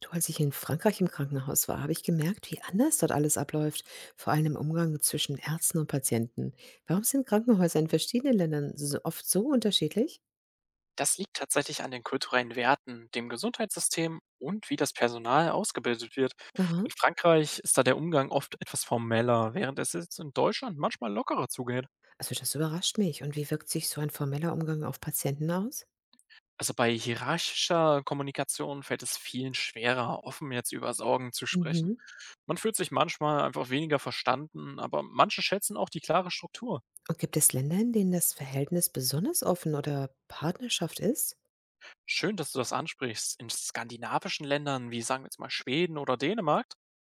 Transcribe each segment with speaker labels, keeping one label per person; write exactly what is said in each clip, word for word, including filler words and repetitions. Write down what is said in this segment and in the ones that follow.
Speaker 1: Du, als ich in Frankreich im Krankenhaus war, habe ich gemerkt, wie anders dort alles abläuft, vor allem im Umgang zwischen Ärzten und Patienten. Warum sind Krankenhäuser in verschiedenen Ländern so oft so unterschiedlich?
Speaker 2: Das liegt tatsächlich an den kulturellen Werten, dem Gesundheitssystem und wie das Personal ausgebildet wird.
Speaker 1: Aha.
Speaker 2: In Frankreich ist da der Umgang oft etwas formeller, während es jetzt in Deutschland manchmal lockerer zugeht.
Speaker 1: Also das überrascht mich. Und wie wirkt sich so ein formeller Umgang auf Patienten aus?
Speaker 2: Also bei hierarchischer Kommunikation fällt es vielen schwerer, offen jetzt über Sorgen zu sprechen.
Speaker 1: Mhm.
Speaker 2: Man fühlt sich manchmal einfach weniger verstanden, aber manche schätzen auch die klare Struktur.
Speaker 1: Und gibt es Länder, in denen das Verhältnis besonders offen oder Partnerschaft ist?
Speaker 2: Schön, dass du das ansprichst. In skandinavischen Ländern wie sagen wir jetzt mal Schweden oder Dänemark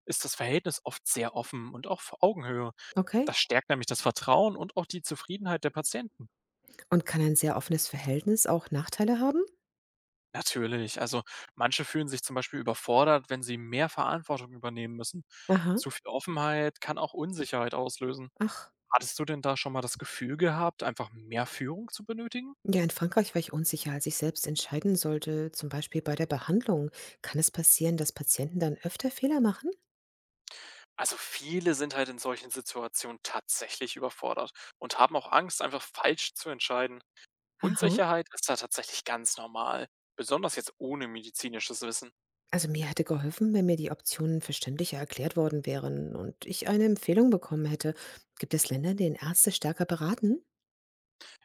Speaker 2: ist das Verhältnis oft sehr offen und auch auf Augenhöhe.
Speaker 1: Okay.
Speaker 2: Das stärkt nämlich das Vertrauen und auch die Zufriedenheit der Patienten.
Speaker 1: Und kann ein sehr offenes Verhältnis auch Nachteile haben?
Speaker 2: Natürlich, also manche fühlen sich zum Beispiel überfordert, wenn sie mehr Verantwortung übernehmen müssen.
Speaker 1: Aha.
Speaker 2: Zu viel Offenheit kann auch Unsicherheit auslösen.
Speaker 1: Ach,
Speaker 2: Hattest du denn da schon mal das Gefühl gehabt, einfach mehr Führung zu benötigen?
Speaker 1: ja, in Frankreich war ich unsicher, als ich selbst entscheiden sollte, zum Beispiel bei der Behandlung. Kann es passieren, dass Patienten dann öfter Fehler machen?
Speaker 2: Also viele sind halt in solchen Situationen tatsächlich überfordert und haben auch Angst, einfach falsch zu entscheiden.
Speaker 1: Aha.
Speaker 2: Unsicherheit ist da tatsächlich ganz normal, besonders jetzt ohne medizinisches Wissen.
Speaker 1: Also mir hätte geholfen, wenn mir die Optionen verständlicher erklärt worden wären und ich eine Empfehlung bekommen hätte. Gibt es Länder, in denen Ärzte stärker beraten?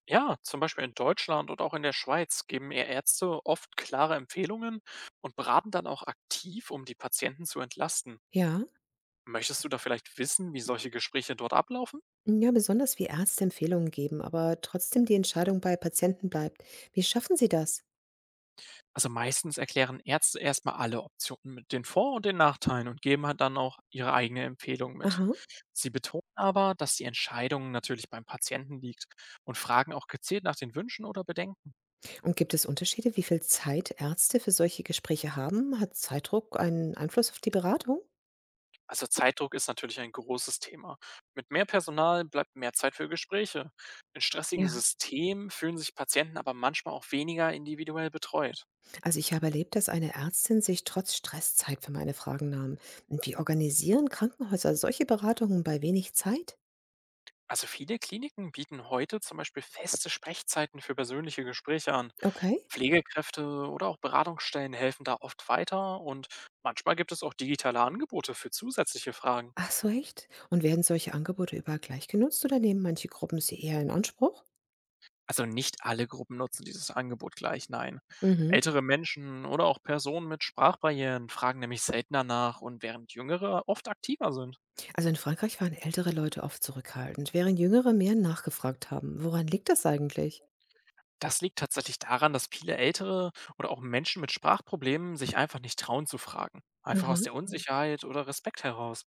Speaker 2: Ja, zum Beispiel in Deutschland und auch in der Schweiz geben eher Ärzte oft klare Empfehlungen und beraten dann auch aktiv, um die Patienten zu entlasten.
Speaker 1: Ja.
Speaker 2: Möchtest du da vielleicht wissen, wie solche Gespräche dort ablaufen?
Speaker 1: Ja, besonders wie Ärzte Empfehlungen geben, aber trotzdem die Entscheidung bei Patienten bleibt. Wie schaffen Sie das?
Speaker 2: Also meistens erklären Ärzte erstmal alle Optionen mit den Vor- und den Nachteilen und geben halt dann auch ihre eigene Empfehlung mit.
Speaker 1: Aha.
Speaker 2: Sie betonen aber, dass die Entscheidung natürlich beim Patienten liegt und fragen auch gezielt nach den Wünschen oder Bedenken.
Speaker 1: Und gibt es Unterschiede, wie viel Zeit Ärzte für solche Gespräche haben? Hat Zeitdruck einen Einfluss auf die Beratung?
Speaker 2: Also Zeitdruck ist natürlich ein großes Thema. Mit mehr Personal bleibt mehr Zeit für Gespräche. In stressigen
Speaker 1: Ja.
Speaker 2: Systemen fühlen sich Patienten aber manchmal auch weniger individuell betreut.
Speaker 1: Also ich habe erlebt, dass eine Ärztin sich trotz Stress Zeit für meine Fragen nahm. Und wie organisieren Krankenhäuser solche Beratungen bei wenig Zeit?
Speaker 2: Also viele Kliniken bieten heute zum Beispiel feste Sprechzeiten für persönliche Gespräche an.
Speaker 1: Okay.
Speaker 2: Pflegekräfte oder auch Beratungsstellen helfen da oft weiter und manchmal gibt es auch digitale Angebote für zusätzliche Fragen.
Speaker 1: Ach so, echt? Und werden solche Angebote überall gleich genutzt oder nehmen manche Gruppen sie eher in Anspruch?
Speaker 2: Also, nicht alle Gruppen nutzen dieses Angebot gleich, nein.
Speaker 1: Mhm.
Speaker 2: Ältere Menschen oder auch Personen mit Sprachbarrieren fragen nämlich seltener nach und während Jüngere oft aktiver sind.
Speaker 1: Also in Frankreich waren ältere Leute oft zurückhaltend, während jüngere mehr nachgefragt haben. Woran liegt das eigentlich?
Speaker 2: Das liegt tatsächlich daran, dass viele Ältere oder auch Menschen mit Sprachproblemen sich einfach nicht trauen zu fragen. Einfach
Speaker 1: Aha.
Speaker 2: aus der Mhm. Unsicherheit oder Respekt heraus.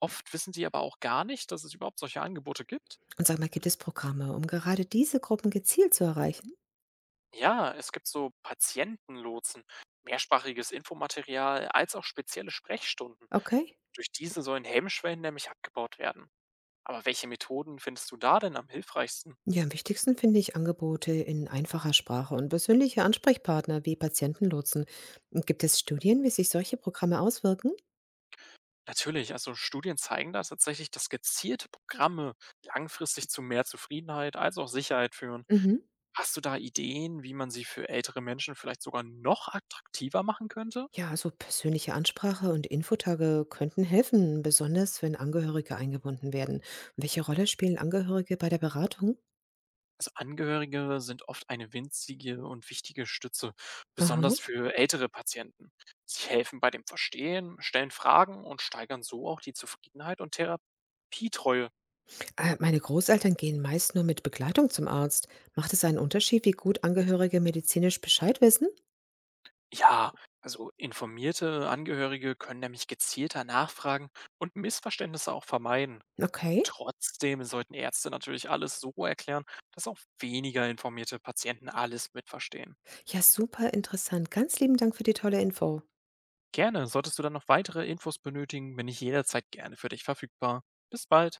Speaker 2: Oft wissen sie aber auch gar nicht, dass es überhaupt solche Angebote gibt.
Speaker 1: Und sag mal, gibt es Programme, um gerade diese Gruppen gezielt zu erreichen?
Speaker 2: Ja, es gibt so Patientenlotsen, mehrsprachiges Infomaterial als auch spezielle Sprechstunden.
Speaker 1: Okay.
Speaker 2: Durch diese sollen Hemmschwellen nämlich abgebaut werden. Aber welche Methoden findest du da denn am hilfreichsten?
Speaker 1: Ja, am wichtigsten finde ich Angebote in einfacher Sprache und persönliche Ansprechpartner wie Patientenlotsen. Und gibt es Studien, wie sich solche Programme auswirken?
Speaker 2: Natürlich, also Studien zeigen da tatsächlich, dass gezielte Programme langfristig zu mehr Zufriedenheit als auch Sicherheit führen.
Speaker 1: Mhm.
Speaker 2: Hast du da Ideen, wie man sie für ältere Menschen vielleicht sogar noch attraktiver machen könnte?
Speaker 1: Ja, also persönliche Ansprache und Infotage könnten helfen, besonders wenn Angehörige eingebunden werden. Welche Rolle spielen Angehörige bei der Beratung?
Speaker 2: Also Angehörige sind oft eine winzige und wichtige Stütze,
Speaker 1: Aha.
Speaker 2: besonders für ältere Patienten. Sie helfen bei dem Verstehen, stellen Fragen und steigern so auch die Zufriedenheit und Therapietreue.
Speaker 1: Äh, Meine Großeltern gehen meist nur mit Begleitung zum Arzt. Macht es einen Unterschied, wie gut Angehörige medizinisch Bescheid wissen?
Speaker 2: Ja, also informierte Angehörige können nämlich gezielter nachfragen und Missverständnisse auch vermeiden.
Speaker 1: Okay.
Speaker 2: Trotzdem sollten Ärzte natürlich alles so erklären, dass auch weniger informierte Patienten alles mitverstehen.
Speaker 1: Ja, super interessant. Ganz lieben Dank für die tolle Info.
Speaker 2: Gerne, solltest du dann noch weitere Infos benötigen, bin ich jederzeit gerne für dich verfügbar. Bis bald.